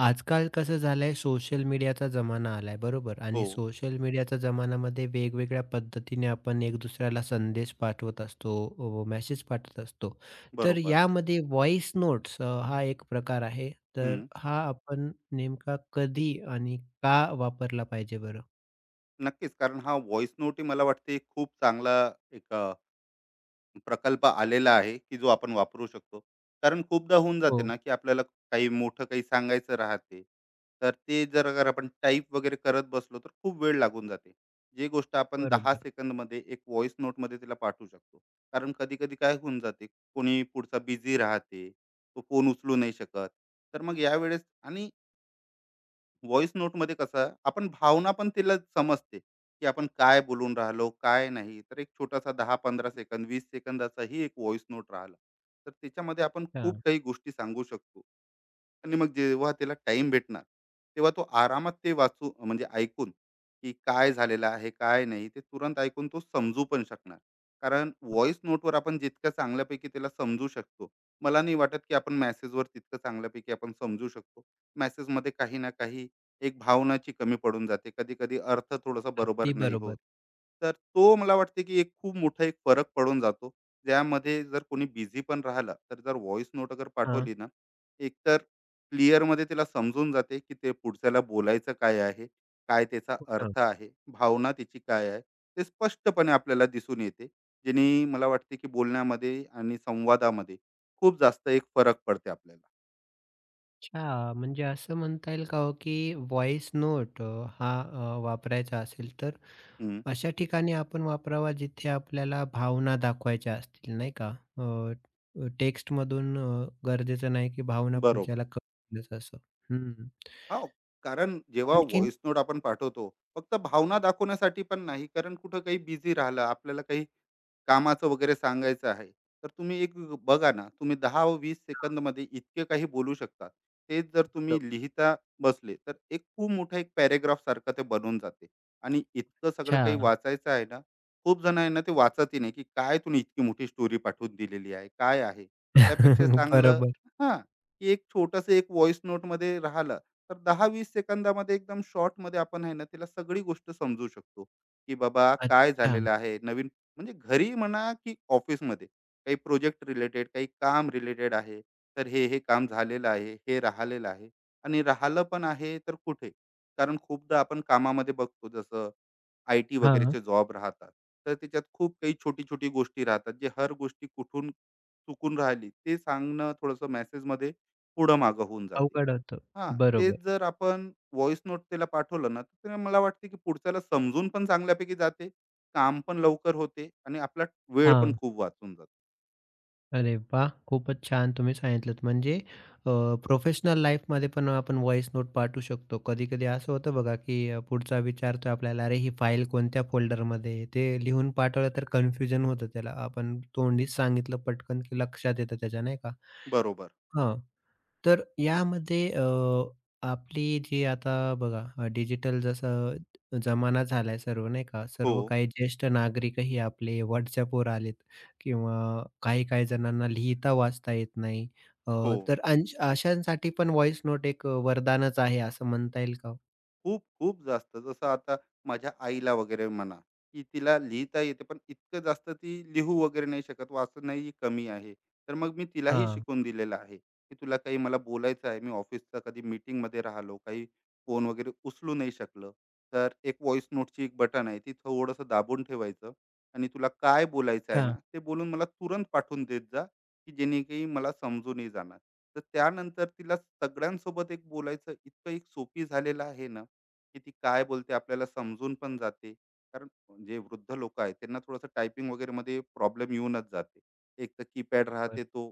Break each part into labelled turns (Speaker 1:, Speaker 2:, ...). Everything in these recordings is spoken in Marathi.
Speaker 1: आजकाल कसं झालंय सोशल मीडियाचा जमाना आलाय बरोबर
Speaker 2: हो,
Speaker 1: आणि सोशल मीडियाच्या जमान्यामध्ये वेगवेगळ्या पद्धतीने आपण एक दुसऱ्याला संदेश पाठवत असतो, मेसेज पाठवत असतो. तर
Speaker 2: बरोबर.
Speaker 1: यामध्ये व्हॉइस नोट्स हा एक प्रकार आहे. तर
Speaker 2: हं.
Speaker 1: हा आपण नेमका कधी आणि का वापरला पाहिजे बरं?
Speaker 2: नक्कीच, कारण हा व्हॉइस नोटही मला वाटते एक खूप चांगला एक अ, प्रकल्प आलेला आहे, की जो आपण वापरू शकतो. कारण खूपदा होऊन जाते
Speaker 1: हो,
Speaker 2: ना, की आपल्याला काही मोठं काही सांगायचं राहते. तर ते जर अगर आपण टाइप वगैरे करत बसलो, तर खूप वेळ लागून जाते. जी गोष्ट आपण 10
Speaker 1: बरोबर.
Speaker 2: सेकंदमध्ये एक व्हॉइस नोटमध्ये तिला पाठवू शकतो. कारण कधी-कधी काय होऊन जाते, कोणी पुढचा बिझी राहते, तो फोन उचलू नाही शकत. तर मग यावेळेस आणि व्हॉइस नोटमध्ये कसं आपण भावना पण तिला समजते, की आपण काय बोलून राहिलो, काय नाही. तर एक छोटासा 10-15 सेकंद, 20 सेकंदाचाही एक व्हॉइस नोट राहिला, तर त्याच्यामध्ये आपण खूप
Speaker 1: हां,
Speaker 2: काही गोष्टी सांगू शकतो. आणि मग जेव्हा त्याला टाइम भेटणार, तेव्हा तो आरामात ते वाचू म्हणजे ऐकून, की काय झालेलं आहे, काय नाही, ते तुरंत ऐकून तो समजू पण शकणार. कारण
Speaker 1: हां.
Speaker 2: व्हॉईस नोटवर आपण जितकं चांगल्यापैकी त्याला समजू शकतो, मला नाही वाटत की आपण मेसेजवर तितकं चांगल्यापैकी आपण समजू शकतो. मेसेजमध्ये काही ना काही एक भावनाची कमी पडून जाते. कधी-कधी अर्थ थोडासा बरोबर
Speaker 1: अगदी
Speaker 2: नाही होत.
Speaker 1: बरोबर.
Speaker 2: तर तो मला वाटते की एक खूप मोठा एक फरक पडून जातो. ज्यामध्ये जर कोणी बिझी पण राहिला, तर जर व्हॉईस नोट अगर
Speaker 1: हां,
Speaker 2: पाठवली ना, एकतर क्लिअर मध्ये तिला समजून जाते की ते पुढच्याला बोलायचं काय आहे, काय त्याचा
Speaker 1: हो ना.
Speaker 2: अर्थ आहे, भावना त्याची काय आहे, ते स्पष्टपणे आपल्याला दिसून येते. ज्यानी मला वाटते की बोलण्यामध्ये आणि संवादामध्ये खूप जास्त एक फरक पडते आपल्याला.
Speaker 1: अच्छा, म्हणजे असं म्हणता येईल का हो, की व्हॉइस नोट हा वापरायचा असेल तर
Speaker 2: हं,
Speaker 1: अशा ठिकाणी आपण वापरावा जिथे आपल्याला भावना दाखवायच्या असतील, नाही का? टेक्स्टमधून गरजेचं नाही की भावना
Speaker 2: बरोबर.
Speaker 1: पुढच्याला कळेलच असं. हं.
Speaker 2: हो, कारण जेव्हा
Speaker 1: आणखीन
Speaker 2: व्हॉइस नोट आपण पाठवतो, फक्त भावना दाखवण्यासाठी पण नाही, कारण कुठं काही बिझी राहिलं, आपल्याला काही कामाचं वगैरे सांगायचं आहे, तर तुम्ही एक बघा ना, तुम्ही 10 व 20 सेकंद
Speaker 1: हां,
Speaker 2: सेकंदमध्ये इतके काही बोलू शकता. तेच जर तुम्ही
Speaker 1: बरोबर.
Speaker 2: लिहिता बसले, तर एक खूप मोठा एक पॅराग्राफसारखं ते बनून जाते आणि इतकं सगळं काही
Speaker 1: अच्छा.
Speaker 2: वाचायचं आहे ना, खूप जण आहे ना, ते वाचतही नाही, की काय तुम्ही इतकी मोठी स्टोरी पाठवून दिलेली आहे, काय आहे? त्यापेक्षा चांगलं
Speaker 1: बरोबर.
Speaker 2: हां, की एक छोटंसं एक व्हॉईस नोटमध्ये राहिलं, तर 10-20 सेकंदामध्ये एकदम शॉर्टमध्ये आपण आहे ना, तिला सगळी गोष्ट समजू शकतो, की बाबा काय
Speaker 1: अच्छा.
Speaker 2: झालेलं आहे, नवीन म्हणजे घरी म्हणा की ऑफिसमध्ये काही प्रोजेक्ट रिलेटेड काही काम रिलेटेड आहे तर हे हे काम झालेलं आहे हे राहिलेलं आहे आणि राहिलं पण आहे तर कुठे कारण खूपदा आपण कामामध्ये बघतो जसं IT
Speaker 1: हां.
Speaker 2: वगैरेचे जॉब राहतात तर त्याच्यात खूप काही छोटी छोटी गोष्टी राहतात जे हर गोष्टी कुठून चुकून राहिली ते सांगणं थोडंसं मेसेजमध्ये पुढं मागं होऊन जाते
Speaker 1: अवघड होतं.
Speaker 2: हां, तेच
Speaker 1: बरोबर.
Speaker 2: जर आपण व्हॉइस नोट त्याला पाठवलं ना, तर ते मला वाटते की पुढच्याला समजून पण चांगल्यापैकी जाते, काम पण लवकर होते आणि आपला वेळ पण
Speaker 1: हां.
Speaker 2: खूप वाचून जातो.
Speaker 1: अरे वाह! खूपच छान तुम्ही सांगितलंत. म्हणजे प्रोफेशनल लाईफमध्ये पण आपण व्हॉईस नोट पाठवू शकतो. कधी-कधी असं होतं बघा, की पुढचा विचारतो आपल्याला, "अरे, ही फाईल कोणत्या फोल्डरमध्ये आहे?" ते लिहून पाठवलं तर कन्फ्युजन होतं त्याला. आपण तोंडीच सांगितलं पटकन, की लक्षात येतं त्याच्या, नाही का?
Speaker 2: बरोबर.
Speaker 1: हां. तर यामध्ये आपली जी आता बघा डिजिटल जसं जमाना झालाय सर्व, नाही का?
Speaker 2: हो,
Speaker 1: सर्व काही ज्येष्ठ नागरिकही आपले WhatsAppवर आलेत किंवा काही काही जणांना लिहिता वाचता येत नाही. अ,
Speaker 2: हो.
Speaker 1: तर अंश अशांसाठी पण व्हॉइस नोट एक वरदानच आहे असं म्हणता येईल का हो?
Speaker 2: खूप खूप जास्त जसं आता माझ्या आईला वगैरे म्हणा की तिला लिहिता येते पण इतकं जास्त ती लिहू वगैरे नाही शकत वाचणंही कमी आहे तर मग मी तिलाही शिकून दिलेलं आहे की तुला काही मला बोलायचं आहे मी ऑफिसचा कधी मीटिंगमध्ये राहिलो काही फोन वगैरे उचलू नाही शकलं तर एक व्हॉइस नोटची एक बटन आहे ती थोडंसं दाबून ठेवायचं आणि तुला काय बोलायचं आहे
Speaker 1: अच्छा.
Speaker 2: ना ते बोलून मला तुरंत पाठवून देत जा की जेणे काही मला समजूनही जाणार तर त्यानंतर तिला सगळ्यांसोबत एक बोलायचं इतकं एक सोपी झालेलं आहे ना की ती काय बोलते आपल्याला समजून पण जाते. कारण जे वृद्ध लोकं आहेत त्यांना थोडंसं टायपिंग वगैरेमध्ये प्रॉब्लेम येऊनच जाते. एक तर कीपॅड
Speaker 1: बरं.
Speaker 2: राहते तो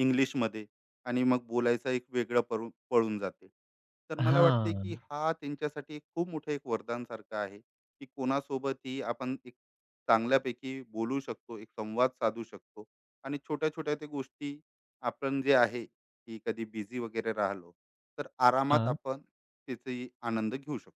Speaker 2: इंग्लिशमध्ये आणि मग बोलायचं एक वेगळं पळून पळून जाते. तर मला वाटते
Speaker 1: हां.
Speaker 2: की हा त्यांच्यासाठी खूप मोठं एक वरदानसारखं आहे, की कोणासोबतही आपण एक चांगल्यापैकी बोलू शकतो, एक संवाद साधू शकतो आणि छोट्या-छोट्या त्या गोष्टी आपण जे आहे, की कधी बिझी वगैरे राहिलो, तर आरामात
Speaker 1: हां.
Speaker 2: आपण त्याचाही आनंद घेऊ शकतो.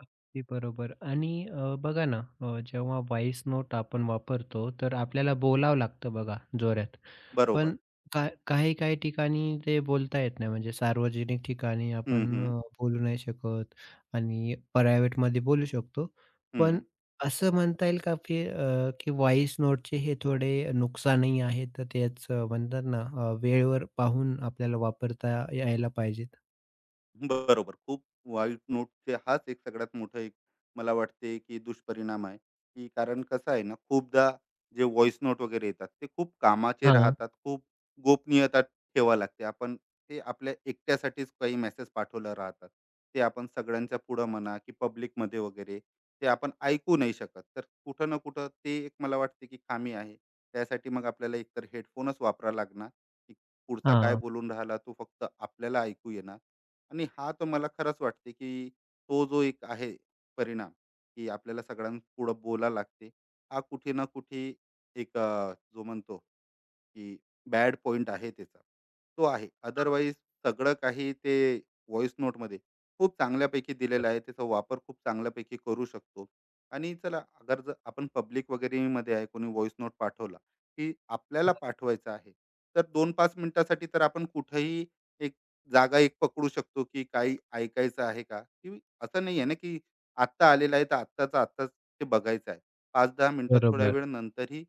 Speaker 1: अगदी बरोबर आणि बघा ना, जेव्हा व्हॉइस नोट आपण वापरतो तर आपल्याला बोलावं लागतं बघा जोरात.
Speaker 2: बरोबर.
Speaker 1: पण का काही काही ठिकाणी ते बोलता येत नाही, म्हणजे सार्वजनिक ठिकाणी
Speaker 2: हं,
Speaker 1: आपण
Speaker 2: हं.
Speaker 1: बोलू नाही शकत आणि प्रायव्हेटमध्ये बोलू शकतो.
Speaker 2: हं.
Speaker 1: पण असं म्हणता येईल का की की व्हॉइस नोटचे हे थोडे नुकसानही आहेत, तर तेच म्हणतात ना, वेळेवर पाहून आपल्याला वापरता यायला पाहिजेत?
Speaker 2: बरोबर. खूप वाईट नोटचे हाच एक सगळ्यात मोठा एक मला वाटते, की दुष्परिणाम आहे, की कारण कसं आहे ना, खूपदा जे व्हॉईस नोट वगैरे येतात, ते खूप कामाचे
Speaker 1: हां,
Speaker 2: राहतात. खूप गोपनीयता ठेवावी लागते. आपण ते आपल्या एकट्यासाठीच काही मेसेज पाठवले राहतात. ते आपण सगळ्यांच्या पुढं म्हणा, की पब्लिकमध्ये वगैरे ते आपण ऐकू नाही शकत. तर कुठं ना कुठं ते एक मला वाटते, की खामी आहे. त्यासाठी मग आपल्याला एकतर हेडफोनच वापरावा लागणार, की पुढचा काय
Speaker 1: हां.
Speaker 2: बोलून राहिला तो फक्त आपल्याला ऐकू येणार आणि हा तर मला खरंच वाटते की तो जो एक आहे परिणाम की आपल्याला सगळ्यांपुढं बोला लागते हा कुठे ना कुठे जो म्हणतो की बॅड पॉइंट आहे त्याचा, तो आहे. अदरवाईज सगळं काही ते व्हॉइस नोटमध्ये खूप चांगल्यापैकी दिलेलं आहे. त्याचा वापर खूप चांगल्यापैकी करू शकतो आणि चला अगर जर आपण पब्लिक वगैरेमध्ये आहे, कोणी व्हॉइस नोट पाठवला, की आपल्याला पाठवायचा आहे, तर 2-5 मिनिटासाठी तर आपण कुठेही एक जागा एक पकडू शकतो, की काही ऐकायचं आहे का? की असं नाही आहे ना, की आत्ता आलेलं आहे, तर आत्ताचं आत्ताच ते बघायचं आहे. 5-10 मिनिटं थोड्या
Speaker 1: बरोबर.
Speaker 2: वेळ नंतरही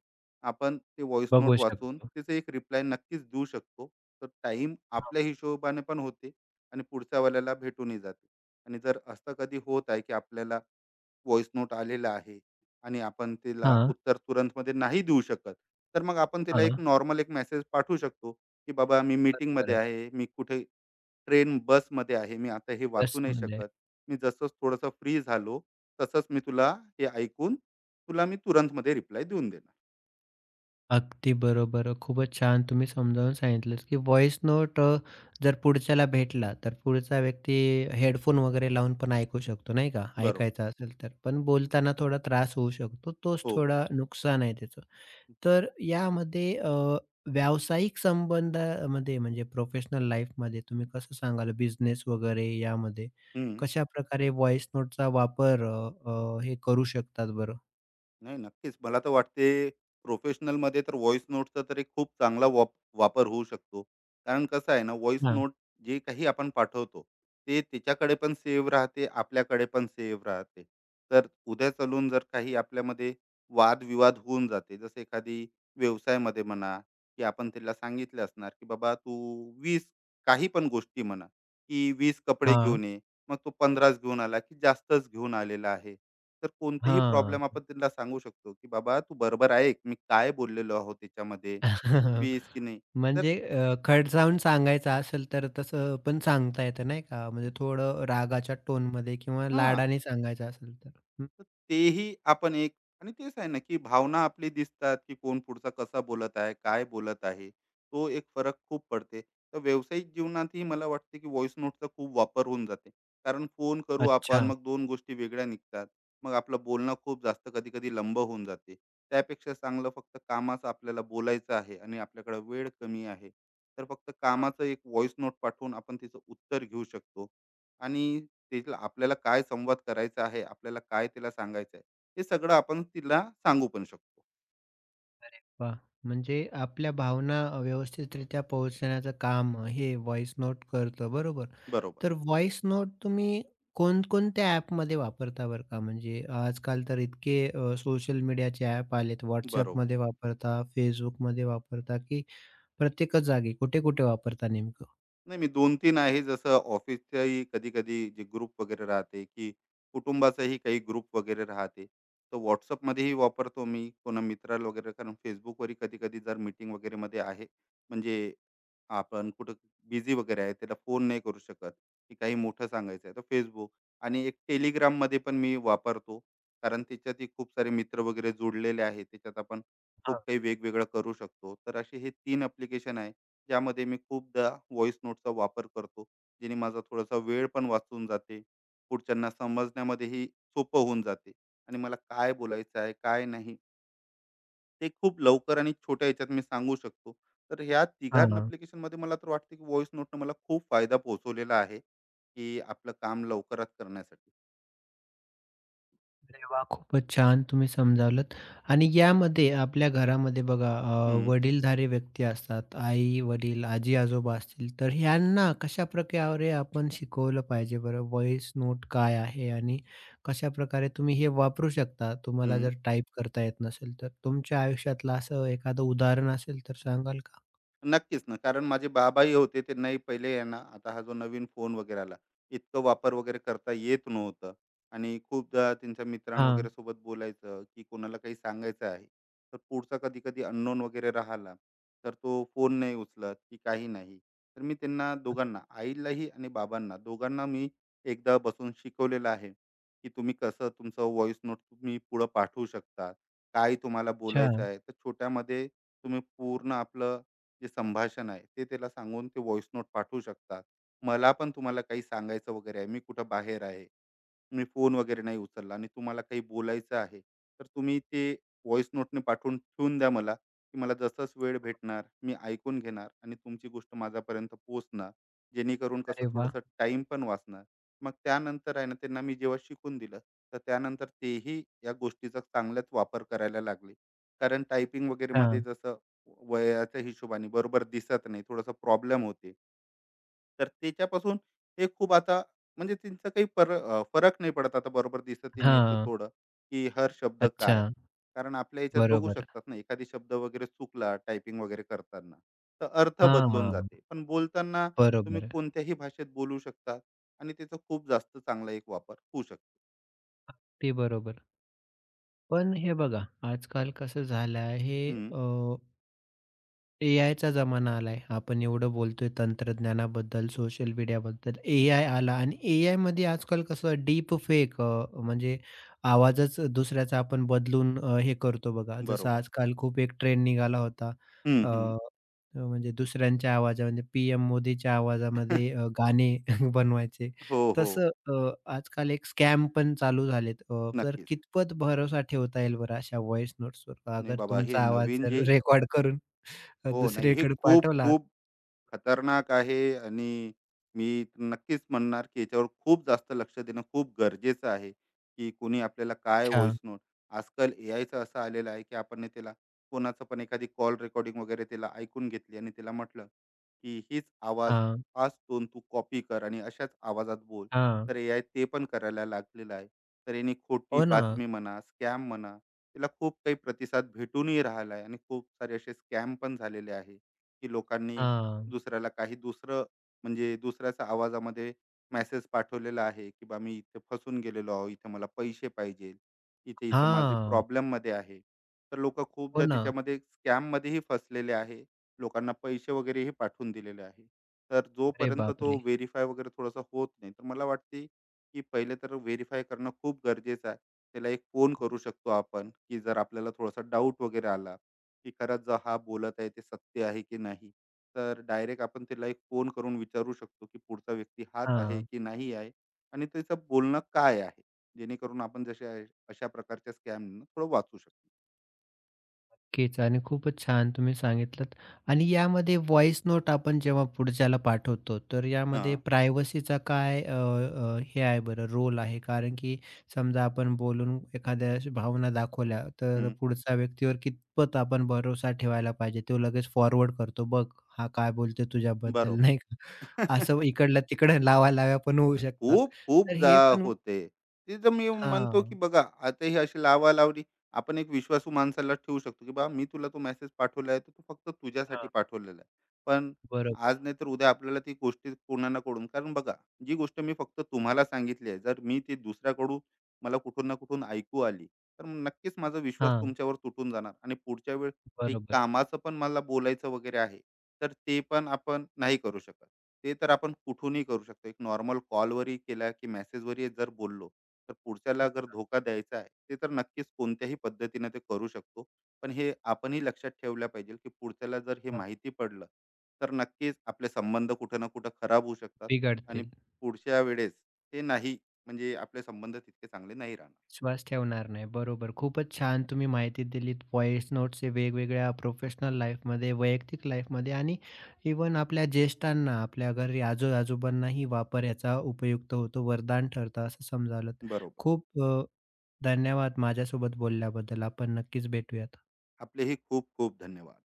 Speaker 2: आपण ते व्हॉइस
Speaker 1: बघू
Speaker 2: नोट वाचून
Speaker 1: शकतो.
Speaker 2: त्याचा एक रिप्लाय नक्कीच देऊ शकतो. तर टाईम आपल्या हिशोबाने पण होते आणि पुढच्या वाल्याला भेटूनही जाते. आणि जर असं कधी होत आहे, की आपल्याला व्हॉइस नोट आलेला आहे आणि आपण त्याला
Speaker 1: हां,
Speaker 2: उत्तर तुरंतमध्ये नाही देऊ शकत, तर मग आपण त्याला एक
Speaker 1: हां.
Speaker 2: नॉर्मल एक मेसेज पाठवू शकतो, की "बाबा मी
Speaker 1: बरोबर
Speaker 2: मीटिंगमध्ये
Speaker 1: आहे.
Speaker 2: आहे, मी कुठे ट्रेन बसमध्ये आहे, मी आता हे वाचू नाही
Speaker 1: बसमध्ये.
Speaker 2: शकत. मी जसंच थोडंसं फ्री झालो, तसंच मी तुला हे ऐकून तुला मी तुरंतमध्ये रिप्लाय देऊन देणार."
Speaker 1: अगदी बरोबर. खूपच छान तुम्ही समजावून सांगितलंत, की व्हॉईस नोट जर पुढच्याला भेटला, तर पुढचा व्यक्ती हेडफोन वगैरे लावून पण ऐकू शकतो, नाही का?
Speaker 2: बरोबर.
Speaker 1: ऐकायचा असेल तर. पण बोलताना थोडा त्रास होऊ शकतो. तोच
Speaker 2: हो.
Speaker 1: थोडा नुकसान आहे त्याचं. तर यामध्ये व्यावसायिक संबंधामध्ये म्हणजे प्रोफेशनल लाईफमध्ये तुम्ही कसं सांगाल बिझनेस वगैरे यामध्ये,
Speaker 2: हं.
Speaker 1: कशाप्रकारे व्हॉईस नोटचा वापर अ, अ, हे करू शकतात बरं?
Speaker 2: नाही नक्कीच. मला तर वाटते प्रोफेशनलमध्ये तर व्हॉईस नोटचा तर एक खूप चांगला वापर होऊ शकतो. कारण कसं आहे ना व्हॉईस नोट जे काही आपण पाठवतो, ते त्याच्याकडे पण सेव्ह राहते, आपल्याकडे पण सेव्ह राहते. तर उद्या चालून जर काही आपल्यामध्ये वादविवाद होऊन जाते, जसं एखादी व्यवसायामध्ये म्हणा, की आपण त्याला सांगितले असणार, की "बाबा तू 20 काही पण गोष्टी म्हणा, की 20 कपडे
Speaker 1: हां,
Speaker 2: घेऊन ये." मग तो 15च घेऊन आला, की जास्तच घेऊन आलेला आहे. तर कोणतेही
Speaker 1: हां.
Speaker 2: प्रॉब्लेम आपण त्यांना सांगू शकतो, की "बाबा तू बरोबर ऐक, मी काय बोललेलो आहोत त्याच्यामध्ये, 20 की नाही." तर
Speaker 1: म्हणजे खडसावून सांगायचं असेल तर तसं पण सांगता येतं, नाही का? म्हणजे थोडं रागाच्या टोनमध्ये किंवा
Speaker 2: हां,
Speaker 1: लाडाने सांगायचं असेल तर. हं,
Speaker 2: तर तेही आपण एक आणि तेच आहे ना, की भावना आपली दिसतात, की कोण पुढचा कसा बोलत आहे, काय बोलत आहे. तो एक फरक खूप पडते. तर व्यावसायिक जीवनातही मला वाटते, की व्हॉइस नोटचा खूप वापर होऊन जाते. कारण फोन करू आपण,
Speaker 1: अच्छा.
Speaker 2: मग दोन गोष्टी वेगळ्या निघतात. मग आपलं बोलणं खूप जास्त कधी-कधी लंब होऊन जाते. त्यापेक्षा चांगलं फक्त कामाचं आपल्याला बोलायचं आहे आणि आपल्याकडे वेळ कमी आहे. तर फक्त कामाचं एक व्हॉइस नोट पाठवून आपण तिचं उत्तर घेऊ शकतो आणि तिला आपल्याला काय संवाद करायचा आहे, आपल्याला काय तिला सांगायचं आहे, हे सगळं आपण तिला सांगू पण शकतो.
Speaker 1: अरे वाह! म्हणजे आपल्या भावना व्यवस्थितरित्या पोहोचण्याचं काम हे व्हॉइस नोट करतं, बरोबर.
Speaker 2: बरोबर,
Speaker 1: तर व्हॉइस नोट तुम्ही कोणकोणत्या ॲपमध्ये वापरता बरं का? म्हणजे आजकाल तर इतके सोशल मीडियाचे ॲप आलेत.
Speaker 2: बरोबर.
Speaker 1: WhatsAppमध्ये वापरता, Facebookमध्ये वापरता, की प्रत्येकच जागी कुठे-कुठे वापरता नेमकं?
Speaker 2: नाही, मी 2-3 आहे. जसं ऑफिसच्याही कधी-कधी जे ग्रुप वगैरे राहते, की कुटुंबाचाही काही ग्रुप वगैरे राहते. तर WhatsAppमध्येही वापरतो मी. कोणा मित्राला वगैरे कारण Facebookवरही कधी-कधी जर मीटिंग वगैरेमध्ये आहे, म्हणजे आपण कुठं बिझी वगैरे आहे, त्याला फोन नाही करू शकत, की काही मोठं सांगायचं आहे, तर Facebook आणि एक Telegramमध्ये पण मी वापरतो. कारण त्याच्यातही खूप सारे मित्र वगैरे जोडलेले आहेत. त्याच्यात आपण खूप काही वेगवेगळं करू शकतो. तर असे हे 3 ॲप्लिकेशन आहे. ज्यामध्ये मी खूपदा व्हॉइस नोटचा वापर करतो जेणे माझा थोडासा वेळ पण वाचून जाते पुढच्यांना समजण्यामध्येही सोपं होऊन जाते आणि मला काय बोलायचं आहे काय नाही ते खूप लवकर आणि छोट्या याच्यात मी सांगू शकतो तर ह्या तिघां
Speaker 1: हां.
Speaker 2: ॲप्लिकेशनमध्ये मला तर वाटते की व्हॉइस नोटनं मला खूप फायदा पोहोचवलेला आहे की आपलं काम लवकरात करण्यासाठी
Speaker 1: अरे वाह! खूपच छान तुम्ही समजावलत आणि यामध्ये आपल्या घरामध्ये बघा
Speaker 2: हम्म,
Speaker 1: वडीलधारी व्यक्ती असतात. आई-वडील, आजी-आजोबा असतील, तर ह्यांना कशाप्रकारे आपण शिकवलं पाहिजे बरं? व्हॉइस नोट काय आहे आणि कशाप्रकारे तुम्ही हे वापरू शकता? तुम्हाला
Speaker 2: हम्म.
Speaker 1: जर टाइप करता येत नसेल तर? तुमच्या आयुष्यातलं असं एखादं उदाहरण असेल तर सांगाल का?
Speaker 2: नक्कीच ना. कारण माझे बाबाही होते. त्यांनाही पहिले आहे आता हा जो नवीन फोन वगैरे आला, इतकं वापर वगैरे करता येत नव्हतं. आणि खूपदा त्यांच्या मित्रां
Speaker 1: हां.
Speaker 2: वगैरे सोबत बोलायचं, की कोणाला काही सांगायचं आहे. तर पुढचा कधी-कधी अननोन वगैरे राहिला, तर तो फोन नाही उचलत, की काही नाही. तर मी त्यांना दोघांना, आईलाही आणि बाबांना दोघांना मी एकदा बसून शिकवलेलं आहे, की तुम्ही कसं तुमचं व्हॉईस नोट तुम्ही पुढं पाठवू शकता. काय तुम्हाला
Speaker 1: अच्छा.
Speaker 2: बोलायचं आहे, तर छोट्यामध्ये तुम्ही पूर्ण आपलं जे संभाषण आहे ते त्याला सांगून ते व्हॉइस नोट पाठवू शकतात. मला पण तुम्हाला काही सांगायचं वगैरे आहे, मी कुठं बाहेर आहे, मी फोन वगैरे नाही उचलला आणि तुम्हाला काही बोलायचं आहे, तर तुम्ही ते व्हॉइस नोटने पाठवून ठेवून द्या मला, की मला जसंच वेळ भेटणार, मी ऐकून घेणार आणि तुमची गोष्ट माझ्यापर्यंत पोहोचणार. जेणेकरून कसं
Speaker 1: अरे वाह!
Speaker 2: थोडंसं टाईम पण वाचणार. मग त्यानंतर आहे ना, त्यांना मी जेव्हा शिकून दिलं, तर त्यानंतर तेही या गोष्टीचा चांगलाच वापर करायला लागले. कारण टायपिंग वगैरेमध्ये
Speaker 1: हां.
Speaker 2: जसं वयाच्या हिशोबाने बरोबर दिसत नाही थोडासा प्रॉब्लेम होते तर त्याच्यापासून हे खूप आता म्हणजे त्यांचं काही फरक नाही पडत आता बरोबर दिसतही नाही तर
Speaker 1: हां.
Speaker 2: थोडं की हर शब्द
Speaker 1: अच्छा.
Speaker 2: काय कारण आपल्या याच्यात बघू
Speaker 1: बरोबर.
Speaker 2: शकतात ना एखादी शब्द वगैरे चुकला टायपिंग वगैरे करताना तर अर्थ बदलून
Speaker 1: हां.
Speaker 2: जाते पण बोलताना तुम्ही
Speaker 1: बरोबर.
Speaker 2: कोणत्याही भाषेत बोलू शकतात आणि त्याचा खूप जास्त चांगला एक वापर होऊ शकतो
Speaker 1: ते बरोबर. पण हे बघा, आजकाल कसं झालं आहे,
Speaker 2: हम्म,
Speaker 1: एआयचा जमाना आलाय. आपण एवढं बोलतोय तंत्रज्ञानाबद्दल, सोशल मीडियाबद्दल. एआय आला आणि एआयमध्ये आजकाल कसं डीप फेक म्हणजे आवाजच दुसऱ्याचा आपण बदलून हे करतो बघा. जसं
Speaker 2: बरोबर
Speaker 1: आजकाल खूप एक ट्रेंड निघाला होता.
Speaker 2: हम्म,
Speaker 1: अ,
Speaker 2: हम्म.
Speaker 1: अ, म्हणजे दुसऱ्यांच्या आवाजामध्ये, पीएम मोदीच्या आवाजामध्ये गाणे बनवायचे.
Speaker 2: हो हो
Speaker 1: तसं आजकाल एक स्कॅम पण चालू झालेत. तर
Speaker 2: नक्कीच
Speaker 1: कितपत भरोसा ठेवता येईल बरं अशा व्हॉईस नोट्सवर?
Speaker 2: नाही
Speaker 1: अगर
Speaker 2: बाबा हे
Speaker 1: तुमचा आवाज
Speaker 2: नवीन
Speaker 1: जर
Speaker 2: जे
Speaker 1: रेकॉर्ड करून
Speaker 2: हो, नाही. हे
Speaker 1: दुसरीकडे पाठवला.
Speaker 2: खूप-खूप खतरनाक आहे आणि मी नक्कीच म्हणणार की याच्यावर खूप जास्त लक्ष देणं खूप गरजेचं आहे की कोणी आपल्याला काय
Speaker 1: अच्छा.
Speaker 2: व्हॉइस नोट आजकाल ए आयचं असं आलेलं आहे की आपण त्याला कोणाचं पण एखादी कॉल रेकॉर्डिंग वगैरे त्याला ऐकून घेतली आणि त्याला म्हटलं की हीच आवाज
Speaker 1: हां,
Speaker 2: हाच टोन तू कॉपी कर आणि अशाच आवाजात बोल
Speaker 1: हां.
Speaker 2: तर AI ते पण करायला लागलेलं आहे तर याने खोटी
Speaker 1: हो ना.
Speaker 2: बातमी म्हणा स्कॅम म्हणा त्याला खूप काही प्रतिसाद भेटूनही राहिला आहे आणि खूप सारे असे स्कॅम पण झालेले आहे की लोकांनी
Speaker 1: हां.
Speaker 2: दुसऱ्याला काही दुसरं म्हणजे दुसऱ्याच्या आवाजामध्ये मेसेज पाठवलेला आहे की बा मी इथे फसून गेलेलो आहो इथे मला पैसे पाहिजे इथे इथे माझे
Speaker 1: हां.
Speaker 2: प्रॉब्लेम मध्ये आहे तर लोक
Speaker 1: हो
Speaker 2: खूपदा
Speaker 1: ना.
Speaker 2: त्याच्यामध्ये स्कॅम मध्येही फसलेले आहे लोकांना पैसे वगैरेही पाठवून दिलेले आहे तर
Speaker 1: अरे
Speaker 2: जोपर्यंत तो
Speaker 1: बापरे!
Speaker 2: व्हेरीफाय वगैरे थोडासा होत नाही तर मला वाटते की पहिले तर व्हेरीफाय करणं खूप गरजेचं आहे त्याला एक फोन करू शकतो आपण की जर आपल्याला थोडासा डाऊट वगैरे आला की खरंच जो हा बोलत आहे ते सत्य आहे की नाही तर डायरेक्ट आपण त्याला एक फोन करून विचारू शकतो की पुढचा व्यक्ती हाच आहे
Speaker 1: हां.
Speaker 2: की नाही आहे आणि त्याचं बोलणं काय आहे जेणेकरून आपण जशा अशा प्रकारच्या स्कॅम थोडं वाचू शकतो
Speaker 1: नक्कीच आणि खूपच छान तुम्ही सांगितलंत आणि यामध्ये व्हॉइस नोट आपण जेव्हा पुढच्याला पाठवतो, तर यामध्ये
Speaker 2: हां
Speaker 1: प्रायव्हसीचा काय अ, अ, हे आहे बरं रोल आहे? कारण की समजा आपण बोलून एखाद्या अशा भावना दाखवल्या, तर
Speaker 2: हं,
Speaker 1: पुढचा व्यक्तीवर कितपत आपण भरोसा ठेवायला पाहिजे? तो लगेच फॉरवर्ड करतो, "बघ, हा काय बोलतोय तुझ्याबद्दल,"
Speaker 2: बरोबर
Speaker 1: नाही का? असं इकडलं-तिकडं लावालाव्या पण होऊ शकतात.
Speaker 2: खूप-खूप
Speaker 1: तर
Speaker 2: जा
Speaker 1: हे पण
Speaker 2: होते. ते तर मी म्हणतो, की
Speaker 1: हां,
Speaker 2: बघा आता ही अशी लावालावडी आपण एक विश्वासू माणसाला ठेवू शकतो, की "बाबा मी तुला तो मेसेज पाठवला आहे, तर तो तू फक्त तुझ्यासाठी
Speaker 1: हां,
Speaker 2: पाठवलेला आहे." पण
Speaker 1: बरोबर.
Speaker 2: आज नाही तर उद्या आपल्याला ती गोष्टी कोणा ना कोणून कारण बघा, जी गोष्ट मी फक्त तुम्हाला सांगितली आहे, जर मी ती दुसऱ्याकडून मला कुठून ना कुठून ऐकू आली, तर नक्कीच माझा विश्वास
Speaker 1: हां,
Speaker 2: तुमच्यावर तुटून जाणार आणि पुढच्या वेळेस काही
Speaker 1: बरोबर.
Speaker 2: कामाचं पण मला बोलायचं वगैरे आहे, तर ते पण आपण नाही करू शकत. ते तर आपण कुठूनही करू शकतो. एक नॉर्मल कॉलवरही केला की मेसेजवरही जर बोललो, तर पुढच्याला अगर धोका द्यायचा आहे, ते तर नक्कीच कोणत्याही पद्धतीने ते करू शकतो. पण हे आपणही लक्षात ठेवलं पाहिजे की पुढच्याला जर हे
Speaker 1: हां,
Speaker 2: माहिती पडलं, तर नक्कीच आपले संबंध कुठं ना कुठं खराब होऊ शकतात आणि
Speaker 1: बिघडतील.
Speaker 2: पुढच्या वेळेस ते नाही म्हणजे आपले संबंध तितके चांगले नाही राहणार.
Speaker 1: विश्वास ठेवणार नाही. बरोबर. खूपच छान तुम्ही माहिती दिलीत. व्हॉईस नोट्सचे वेगवेगळ्या प्रोफेशनल लाईफमध्ये, वैयक्तिक लाईफमध्ये आणि इव्हन आपल्या ज्येष्ठांना, आपल्या घरी आजो-आजोबांनाही वापर याचा उपयुक्त होतो. वरदान ठरतं असं समजावलं.
Speaker 2: बरोबर.
Speaker 1: खूप धन्यवाद माझ्यासोबत बोलल्याबद्दल. आपण नक्कीच भेटूयात.
Speaker 2: आपलेही खूप खूप धन्यवाद.